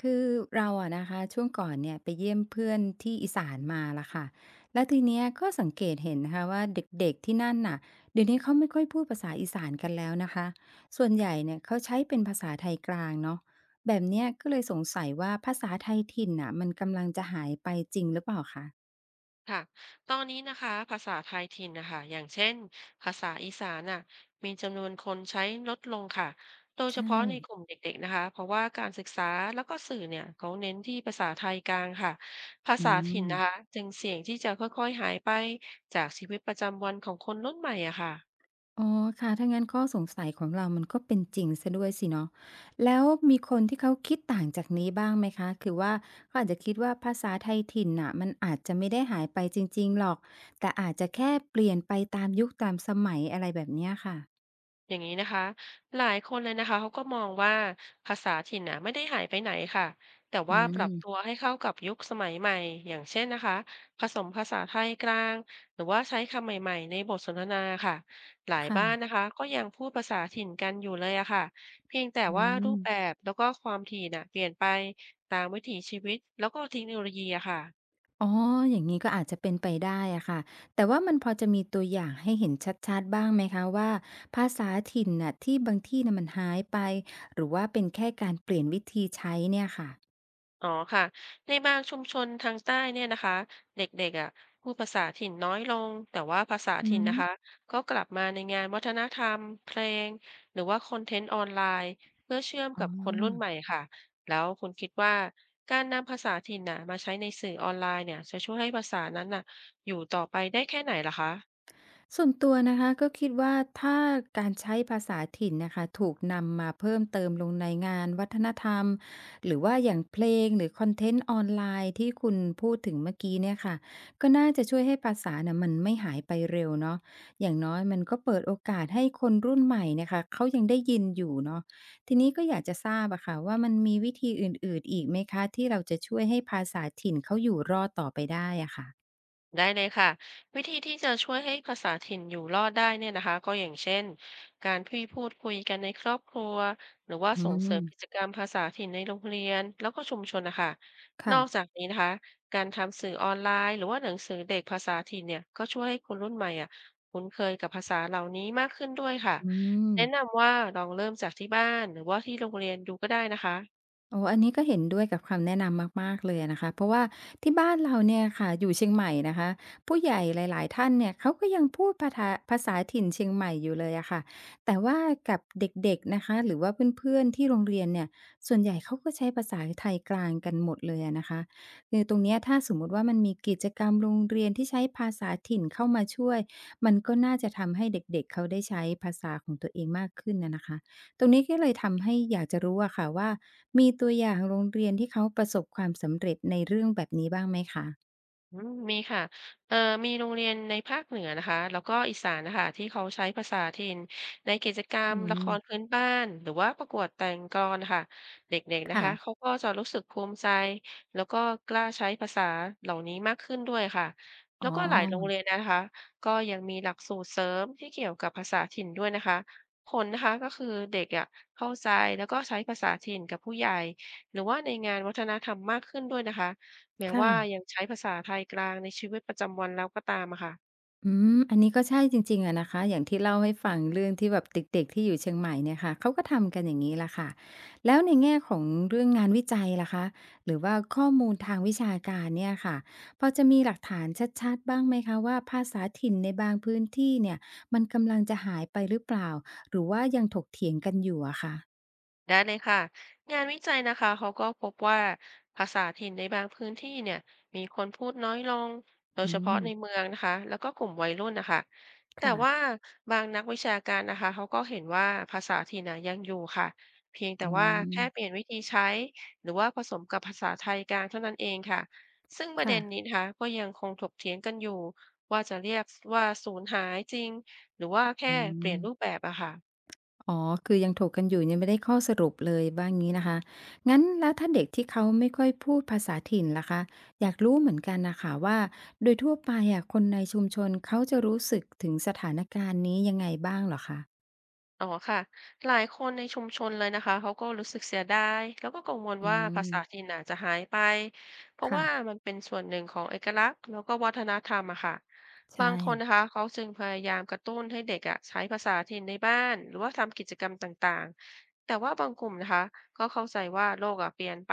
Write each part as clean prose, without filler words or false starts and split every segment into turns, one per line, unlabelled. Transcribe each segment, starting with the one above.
คือเราอะนะคะช่วงก่อนเนี่ยไปเยี่ยมเพื่อนที่อีสานมาละค่ะแล้วทีเนี้ยก็สังเกตเห็นนะคะว่าเด็กๆที่นั่นน่ะเดี๋ยวนี้เขาไม่ค่อยพูดภาษาอีสานกันแล้วนะคะส่วนใหญ่เนี่ยเขาใช้เป็นภาษาไทยกลางเนาะแบบเนี้ยก็เลยสงสัยว่าภาษาไทยถิ่นน่ะมันกำลังจะหายไปจริงหรือเปล่าคะ
ค่ะตอนนี้นะคะภาษาไทยถิ่นนะคะอย่างเช่นภาษาอีสานน่ะมีจำนวนคนใช้ลดลงค่ะโดยเฉ
ใช่
พาะในกลุ่มเด็กๆนะคะเพราะว่าการศึกษาแล้วก็สื่อเนี่ยเขาเน้นที่ภาษาไทยกลางค่ะภา
อื
ษาถิ่นนะคะ
ม
จึงเสี่ยงที่จะค่อยๆหายไปจากชีวิตประจำวันของคนรุ่นใหม่อะค่ะ
อ๋อค่ะถ้างั้นข้อสงสัยของเรามันก็เป็นจริงซสยด้วยสิเนาะแล้วมีคนที่เขาคิดต่างจากนี้บ้างไหมคะ คือว่าเขาอาจจะคิดว่าภาษาไทยถิ่นน่ะมันอาจจะไม่ได้หายไปจริงๆหรอก แต่อาจจะแค่เปลี่ยนไปตามยุคตามสมัยอะไรแบบเนี้ยค่ะ
อย่างนี้นะคะหลายคนเลยนะคะเขาก็มองว่าภาษาถิ่นน่ะไม่ได้หายไปไหนค่ะแต่
อื
ว่าปรับตัว
ม
ให้เข้ากับยุคสมัยใหม่อย่างเช่นนะคะผสมภาษาไทยกลางหรือว่าใช้คำใหม่ๆในบทสนทนาค่ะหลายบ้าน
ค่ะ
นะคะก็ยังพูดภาษาถิ่นกันอยู่เลยอะค่ะเพียงแต่
อื
ว่ารู
ม
ปแบบแล้วก็ความถี่น่ะเปลี่ยนไปตามวิถีชีวิตแล้วก็เทคโนโลยีอะค่ะ
อ๋ออย่างนี้ก็อาจจะเป็นไปได้อะค่ะแต่ว่ามันพอจะมีตัวอย่างให้เห็นชัดๆบ้างไหมคะว่าภาษาถิ่นน่ะที่บางที่น่ะมันหายไปหรือว่าเป็นแค่การเปลี่ยนวิธีใช้เนี่ยค่ะ
อ๋อค่ะ ในบางชุมชนทางใต้เนี่ยนะคะเด็กๆอ่ะพูดภาษาถิ่นน้อยลงแต่ว่าภาษา
อื
ถิ่น
ม
นะคะก็กลับมาในงานวัฒนธรรมเพลงหรือว่าคอนเทนต์ออนไลน์เพื่อเชื่อม
อ๋อ
กับคนรุ่นใหม่ค่ะแล้วคุณคิดว่าการนำภาษาถิ่นน่ะมาใช้ในสื่อออนไลน์เนี่ยจะช่วยให้ภาษานั้นน่ะอยู่ต่อไปได้แค่ไหนล่ะคะ
ส่วนตัวนะคะก็คิดว่าถ้าการใช้ภาษาถิ่นน่ะค่ะถูกนำมาเพิ่มเติมลงในงานวัฒนธรรมหรือว่าอย่างเพลงหรือคอนเทนต์ออนไลน์ที่คุณพูดถึงเมื่อกี้เนี่ยค่ะก็น่าจะช่วยให้ภาษาน่ะมันไม่หายไปเร็วเนาะอย่างน้อยมันก็เปิดโอกาสให้คนรุ่นใหม่เนี่ยค่ะเขายังได้ยินอยู่เนาะทีนี้ก็อยากจะทราบอะค่ะว่ามันมีวิธีอื่นๆอีกไหมคะที่เราจะช่วยให้ภาษาถิ่นเขาอยู่รอดต่อไปได้อะค่ะ
ได้เลยค่ะวิธีที่จะช่วยให้ภาษาถิ่นอยู่รอดได้เนี่ยนะคะก็อย่างเช่นการพี่พูดคุยกันในครอบครัวหรือว่า
อื
ส่งเสริมกิจ
ม
กรรมภาษาถิ่นในโรงเรียนแล้วก็ชุมชนนะคะน
ค่ะ
อกจากนี้นะคะการทำสื่อออนไลน์หรือว่าหนังสือเด็กภาษาถิ่นเนี่ยก็ช่วยให้คนรุ่นใหม่อ่ะคุ้นเคยกับภาษาเหล่านี้มากขึ้นด้วยค่ะ
อืม
แนะนำว่าลองเริ่มจากที่บ้านหรือว่าที่โรงเรียนดูก็ได้นะคะ
โอ้ออันนี้ก็เห็นด้วยกับคำแนะนำมากๆเลยอะนะคะเพราะว่าที่บ้านเราเนี่ยค่ะอยู่เชียงใหม่นะคะผู้ใหญ่หลายๆท่านเนี่ยเขาก็ยังพูดภาทาภาษาถิ่นเชียงใหม่อยู่เลยอะค่ะแต่ว่ากับเด็กๆนะคะหรือว่าเพื่อนๆที่โรงเรียนเนี่ยส่วนใหญ่เขาก็ใช้ภาษาไทยกลางกันหมดเลยอะนะคะคือตรงเนี้ยถ้าสมมุติว่ามันมีกิจกรรมโรงเรียนที่ใช้ภาษาถิ่นเข้ามาช่วยมันก็น่าจะทำให้เด็กๆเขาได้ใช้ภาษาของตัวเองมากขึ้นอะนะคะ ตรงนี้ก็เลยทำให้อยากจะรู้อะค่ะว่ามีตัวอย่างโรงเรียนที่เขาประสบความสำเร็จในเรื่องแบบนี้บ้างไหมคะ
อืมมีค่ะ เอ่อมีโรงเรียนในภาคเหนือนะคะแล้วก็อีสานนะคะที่เขาใช้ภาษาถิ่นในกิจกรร
อื
มละครพื้
ม
นบ้าน หรือว่าประกวดแต่งกลอนค่ะเด็กๆนะ
ค่ะ
คะเขาก็จะรู้สึกภูมิใจแล้วก็กล้าใช้ภาษาเหล่านี้มากขึ้นด้วยค่ะ
อ๋
แล้ว
อ
ก็หลายโรงเรียนนะคะก็ยังมีหลักสูตรเสริมที่เกี่ยวกับภาษาถิ่นด้วยนะคะ ผลนะคะก็คือเด็กอะเข้าใจแล้วก็ใช้ภาษาถิ่นกับผู้ใหญ่หรือว่าในงานวัฒนธรรมมากขึ้นด้วยนะคะ แม้ว่ายั
ค่ะ
งใช้ภาษาไทยกลางในชีวิตประจำวันแล้วก็ตามอะค่ะ
อืมอันนี้ก็ใช่จริงๆอะนะคะอย่างที่เล่าให้ฟังเรื่องที่แบบเด็กๆที่อยู่เชียงใหม่เนี่ยค่ะเขาก็ทำกันอย่างนี้แหละค่ะแล้วในแง่ของเรื่องงานวิจัยล่ะคะหรือว่าข้อมูลทางวิชาการเนี่ยค่ะพอจะมีหลักฐานชัดๆบ้างไหมคะว่าภาษาถิ่นในบางพื้นที่เนี่ยมันกำลังจะหายไปหรือเปล่าหรือว่ายังถกเถียงกันอยู่อะค่ะ
ได้เลยค่ะงานวิจัยนะคะเขาก็พบว่าภาษาถิ่นในบางพื้นที่เนี่ยมีคนพูดน้อยลงโดย
อื
เฉ
ม
พาะในเมืองนะคะแล้วก็กลุ่มวัยรุ่นนะคะแต่
ค่ะ
ว่าบางนักวิชาการนะคะเขาก็เห็นว่าภาษาถิ่นนะยังอยู่ค่ะเพียงแต่
อ๋
ว่าแค่เป
อ
ลี่ยนวิธีใช้หรือว่าผสมกับภาษาไทยกลางเท่านั้นเองค่ะซึ่งประเด็
ค่ะ
นนี้นะคะก็ยังคงถกเถียงกันอยู่ว่าจะเรียกว่าสูญหายจริงหรือว่าแค่
อื
เปลี่ยนรูปแบ
ม
บอะค่ะ
อ๋อ คือยังถกกันอยู่ยังไม่ได้ข้อสรุปเลยว่างี้นะคะ งั้นแล้วถ้าเด็กที่เขาไม่ค่อยพูดภาษาถิ่นล่ะคะ อยากรู้เหมือนกันนะคะว่าโดยทั่วไปอะคนในชุมชนเขาจะรู้สึกถึงสถานการณ์นี้ยังไงบ้างเหรอคะ
อ๋อค่ะหลายคนในชุมชนเลยนะคะเขาก็รู้สึกเสียดายแล้วก็กังวล
อื
ว่าภา
ม
ษาถิ่นอาจจะหายไปเพราะ
ค่ะ
ว่ามันเป็นส่วนหนึ่งของเอกลักษณ์แล้วก็วัฒนธรรมอะค่ะบาง
ใช่
คนนะคะเขาจึงพยายามกระตุ้นให้เด็กอะใช้ภาษาถิ่นในบ้านหรือว่าทำกิจกรรมต่างๆแต่ว่าบางกลุ่มนะคะก็เข้าใจว่าโลกอะเปลี่ยนไป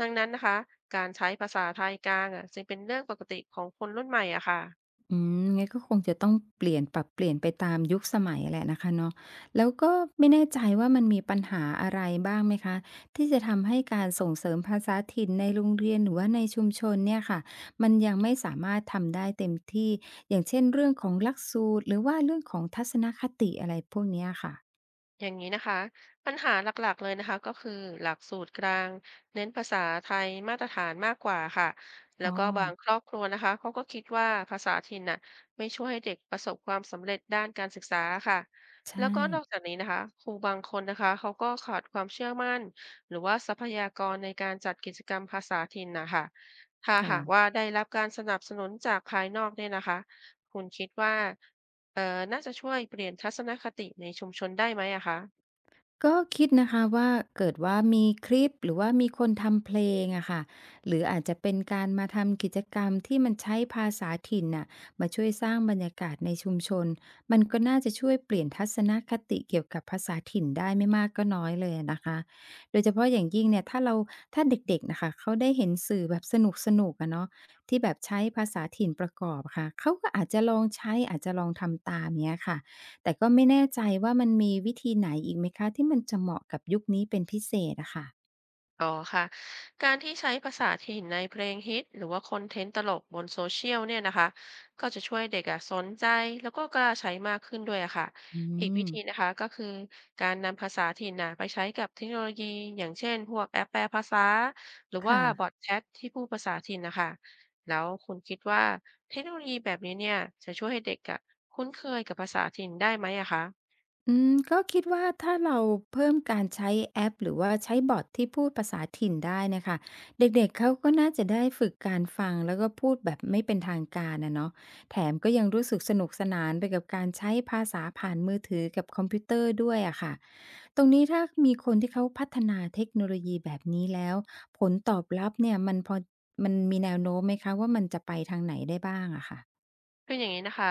ดังนั้นนะคะการใช้ภาษาไทยกลางอะจึงเป็นเรื่องปกติของคนรุ่นใหม่อะค่ะ
อืมงั้นก็คงจะต้องเปลี่ยนปรับเปลี่ยนไปตามยุคสมัยแหละนะคะเนาะแล้วก็ไม่แน่ใจว่ามันมีปัญหาอะไรบ้างไหมคะที่จะทำให้การส่งเสริมภาษาถิ่นในโรงเรียนหรือว่าในชุมชนเนี่ยค่ะมันยังไม่สามารถทำได้เต็มที่อย่างเช่นเรื่องของหลักสูตรหรือว่าเรื่องของทัศนคติอะไรพวกเนี้ยค่ะ
อย่างนี้นะคะปัญหาหลักๆเลยนะคะก็คือหลักสูตรกลางเน้นภาษาไทยมาตรฐานมากกว่าค่ะแล้
อ๋
ว
อ
ก็บางครอบครัวนะคะเขาก็คิดว่าภาษาถิ่นน่ะไม่ช่วยให้เด็กประสบความสำเร็จด้านการศึกษาค่ะ
ใช
แล้วก็นอกจาก
่
นี้นะคะครูบางคนนะคะเขาก็ขาดความเชื่อมั่นหรือว่าทรัพยากรในการจัดกิจกรรมภาษาถิ่นนะคะถ้าหาก
ค่ะ
ว่าได้รับการสนับสนุนจากภายนอกเนี่ยนะคะคุณคิดว่า เอ่อน่าจะช่วยเปลี่ยนทัศนคติในชุมชนได้ไหมอะคะ
ก็คิดนะคะว่าเกิดว่ามีคลิปหรือว่ามีคนทำเพลงอะค่ะหรืออาจจะเป็นการมาทำกิจกรรมที่มันใช้ภาษาถิ่นน่ะมาช่วยสร้างบรรยากาศในชุมชนมันก็น่าจะช่วยเปลี่ยนทัศนคติเกี่ยวกับภาษาถิ่นได้ไม่มากก็น้อยเลยนะคะโดยเฉพาะอย่างยิ่งเนี่ยถ้าเด็กๆนะคะเขาได้เห็นสื่อแบบสนุกๆอะเนาะที่แบบใช้ภาษาถิ่นประกอบค่ะเขาก็อาจจะลองใช้อาจจะลองทำตามเนี้ยค่ะ แต่ก็ไม่แน่ใจว่ามันมีวิธีไหนอีกไหมคะที่มันจะเหมาะกับยุคนี้เป็นพิเศษอะค่ะ
อ๋อค่ะการที่ใช้ภาษาถิ่นในเพลงฮิตหรือว่าคอนเทนต์ตลกบน Social เชียลเนี่ยนะคะก็จะช่วยเด็กอะสนใจแล้วก็กล้าใช้มากขึ้นด้วยอะค่ะ
อื
อีกวิ
ม
ธีนะคะก็คือการนำภาษาถิ่นนะไปใช้กับเทคโนโลยีอย่างเช่นพวกแอปแปลภาษาหรือว่า
ค่ะ
บอทแชทที่พูดภาษาถิ่นนะคะแล้วคุณคิดว่าเทคโนโลยีแบบนี้เนี่ยจะช่วยให้เด็กอะคุ้นเคยกับภาษาถิ่นได้ไหมอะคะ
ก็คิดว่าถ้าเราเพิ่มการใช้แอปหรือว่าใช้บอดที่พูดภาษาถิ่นได้เนะคะเด็กๆเขาก็น่าจะได้ฝึกการฟังแล้วก็พูดแบบไม่เป็นทางการอะเนาะแถมก็ยังรู้สึกสนุกสนานไปกับการใช้ภาษาผ่านมือถือกับคอมพิวเตอร์ด้วยอะค่ะตรงนี้ถ้ามีคนที่เขาพัฒนาเทคโนโลยีแบบนี้แล้วผลตอบรับเนี่ยมันมีแนวโน้มไหมคะว่ามันจะไปทางไหนได้บ้างอะค่ะ
คืออย่างนี้นะคะ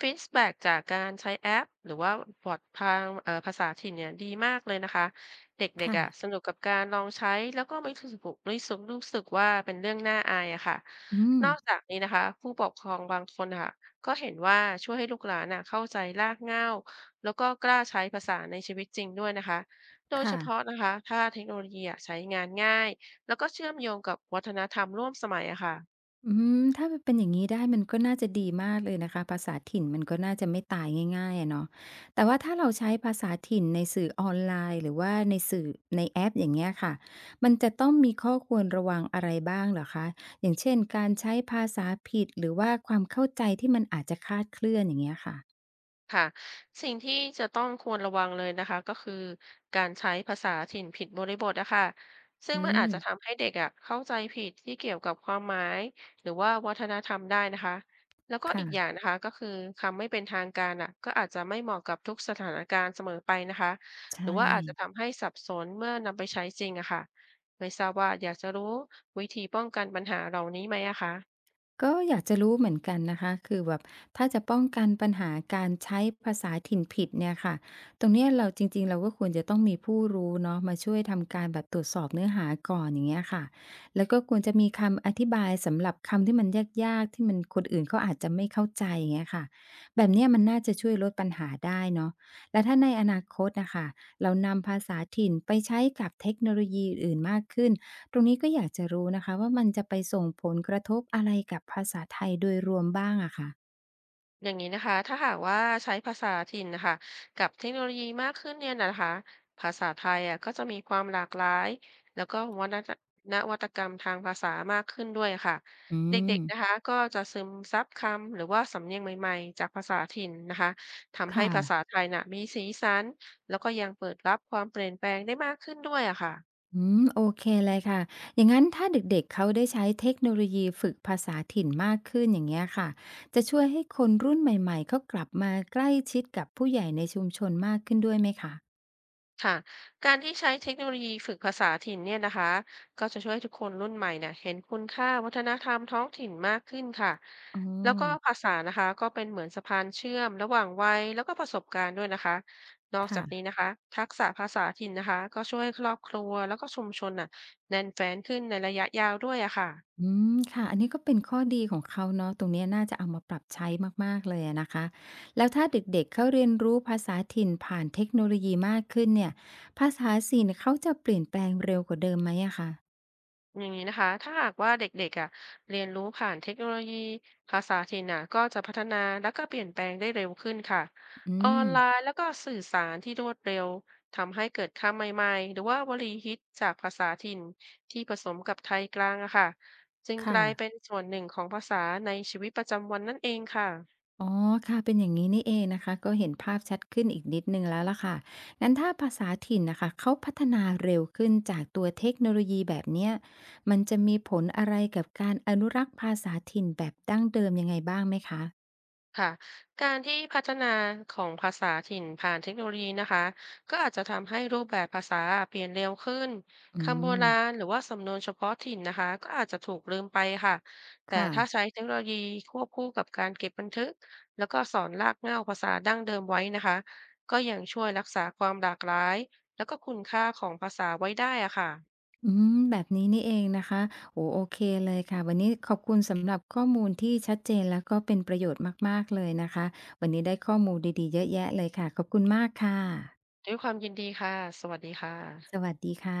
ฟีดแบ็กจากการใช้แอปหรือว่าบอททางภาษาถิ่นเนี่ยดีมากเลยนะคะเด็ก
ค่ะ
ๆอ่ะสนุกกับการลองใช้แล้วก็ไม่รู้สึกว่าเป็นเรื่องน่าอายอะค่ะ
อืม
นอกจากนี้นะคะผู้ปกครองบางคนค่ะก็เห็นว่าช่วยให้ลูกหลานน่ะเข้าใจรากเหง้าแล้วก็กล้าใช้ภาษาในชีวิตจริงด้วยนะคะโดยเฉพาะ
ค่ะ
นะคะถ้าเทคโนโลยีอะใช้งานง่ายแล้วก็เชื่อมโยงกับวัฒนธรรมร่วมสมัยอะค่ะ
อืถ้ามันเป็นอย่างนี้ได้มันก็น่าจะดีมากเลยนะคะภาษาถิ่นมันก็น่าจะไม่ตายง่ายๆอะเนาะแต่ว่าถ้าเราใช้ภาษาถิ่นในสื่อออนไลน์หรือว่าในแอปอย่างเงี้ยค่ะมันจะต้องมีข้อควรระวังอะไรบ้างเหรอคะอย่างเช่นการใช้ภาษาผิดหรือว่าความเข้าใจที่มันอาจจะคลาดเคลื่อนอย่างเงี้ยค่ะ
ค่ะสิ่งที่จะต้องควรระวังเลยนะคะก็คือการใช้ภาษาถิ่นผิดบริบทนะคะซึ่ง
อื
มันอา
ม
จจะทำให้เด็กอ่ะเข้าใจผิดที่เกี่ยวกับความหมายหรือว่าวัฒนธรรมได้นะคะแล้วก็อีกอย่าง
ค่ะ
นะคะก็คือคำไม่เป็นทางการอ่ะก็อาจจะไม่เหมาะกับทุกสถานการณ์เสมอไปนะคะหรือ
ใช่
ว่าอาจจะทำให้สับสนเมื่อนำไปใช้จริงอะค่ะไม่ทราบว่าอยากจะรู้วิธีป้องกันปัญหาเหล่านี้ไหมอะคะ
ก็อยากจะรู้เหมือนกันนะคะคือแบบถ้าจะป้องกันปัญหาการใช้ภาษาถิ่นผิดเนี่ยค่ะตรงเนี้ยเราก็ควรจะต้องมีผู้รู้เนาะมาช่วยทำการแบบตรวจสอบเนื้อหาก่อนอย่างเงี้ยค่ะแล้วก็ควรจะมีคำอธิบายสำหรับคำที่มันยากๆที่คนอื่นเขาอาจจะไม่เข้าใจอย่างเงี้ยค่ะแบบเนี้ยมันน่าจะช่วยลดปัญหาได้เนาะและถ้าในอนาคตนะคะเรานำภาษาถิ่นไปใช้กับเทคโนโลยีอื่นๆมากขึ้น ตรงนี้ก็อยากจะรู้นะคะว่ามันจะไปส่งผลกระทบอะไรกับภาษาไทยโดยรวมบ้างอะค่ะ
อย่างนี้นะคะถ้าหากว่าใช้ภาษาถิ่นนะคะกับเทคโนโลยีมากขึ้นเนี่ยนะคะภาษาไทยอ่ะก็จะมีความหลากหลายแล้วก็วัฒนนวัตกรรมทางภาษามากขึ้นด้วยค่ะ
อื
เด็ก
ม
ๆนะคะก็จะซึมซับคำหรือว่าสำเนียงใหม่ๆจากภาษาถิ่นนะคะทำให้
ค่ะ
ภาษาไทยน่ะมีสีสันแล้วก็ยังเปิดรับความเปลี่ยนแปลงได้มากขึ้นด้วยอะค่ะ
อืม โอเคเลยค่ะ อย่างงั้นถ้าเด็กๆเขาได้ใช้เทคโนโลยีฝึกภาษาถิ่นมากขึ้นอย่างเงี้ยค่ะ จะช่วยให้คนรุ่นใหม่ๆ เขากลับมาใกล้ชิดกับผู้ใหญ่ในชุมชนมากขึ้นด้วยไหมคะ
ค่ะการที่ใช้เทคโนโลยีฝึกภาษาถิ่นเนี่ยนะคะก็จะช่วยให้ทุกคนรุ่นใหม่เนี่ยเห็นคุณค่าวัฒนธรรมท้องถิ่นมากขึ้นค่ะ
อ๋อ
แล้วก็ภาษานะคะก็เป็นเหมือนสะพานเชื่อมระหว่างวัยแล้วก็ประสบการณ์ด้วยนะคะนอกจากนี้
ค่ะ
นะคะทักษะภาษาถิ่นนะคะก็ช่วยให้ครอบครัวแล้วก็ชุมชนน่ะแน่นแฟ้นขึ้นในระยะยาวด้วยอะค่ะ
อืมค่ะอันนี้ก็เป็นข้อดีของเขาเนาะตรงเนี้ยน่าจะเอามาปรับใช้มากๆเลยอะนะคะแล้วถ้าเด็กๆเขาเรียนรู้ภาษาถิ่นผ่านเทคโนโลยีมากขึ้นเนี่ยภาษาถิ่นเขาจะเปลี่ยนแปลงเร็วกว่าเดิมไหมอะคะ
อย่างนี้นะคะ ถ้าหากว่าเด็กๆอ่ะเรียนรู้ผ่านเทคโนโลยีภาษาถิ่นอ่ะก็จะพัฒนาแล้วก็เปลี่ยนแปลงได้เร็วขึ้นค่ะ
อื
ออ
ม
นไลน์แล้วก็สื่อสารที่รวดเร็วทำให้เกิดคำใหม่ๆ หรือว่าวลีฮิตจากภาษาถิ่นที่ผสมกับไทยกลางอะค่ะจึงก
ค่ะ
ลายเป็นส่วนหนึ่งของภาษาในชีวิตประจำวันนั่นเองค่ะ
อ๋อค่ะเป็นอย่างงี้นี่เองนะคะก็เห็นภาพชัดขึ้นอีกนิดหนึ่งแล้วล่ะค่ะงั้นถ้าภาษาถิ่นน่ะค่ะเขาพัฒนาเร็วขึ้นจากตัวเทคโนโลยีแบบเนี้ยมันจะมีผลอะไรกับการอนุรักษ์ภาษาถิ่นแบบดั้งเดิมยังไงบ้างไหมคะ
ค่ะการที่พัฒนาของภาษาถิ่นผ่านเทคโนโลยีนะคะก็อาจจะทำให้รูปแบบภาษาเปลี่ยนเร็วขึ้น
อื
คำโบ
ม
ราณหรือว่าสำนวนเฉพาะถิ่นนะคะก็อาจจะถูกลืมไปค่ะแต่
ค่ะ
ถ้าใช้เทคโนโลยีควบคู่กับการเก็บบันทึกแล้วก็สอนรากเหง้าภาษาดั้งเดิมไว้นะคะก็ยังช่วยรักษาความหลากหลายแล้วก็คุณค่าของภาษาไว้ได้อะค่ะ
อืมแบบนี้นี่เองนะคะโอ้โอเคเลยค่ะ วันนี้ขอบคุณสำหรับข้อมูลที่ชัดเจนแล้วก็เป็นประโยชน์มากๆเลยนะคะ วันนี้ได้ข้อมูลดีๆเยอะแยะเลยค่ะ ขอบคุณมากค่ะ
ด้วยความยินดีค่ะสวัสดีค่ะ
สวัสดีค่ะ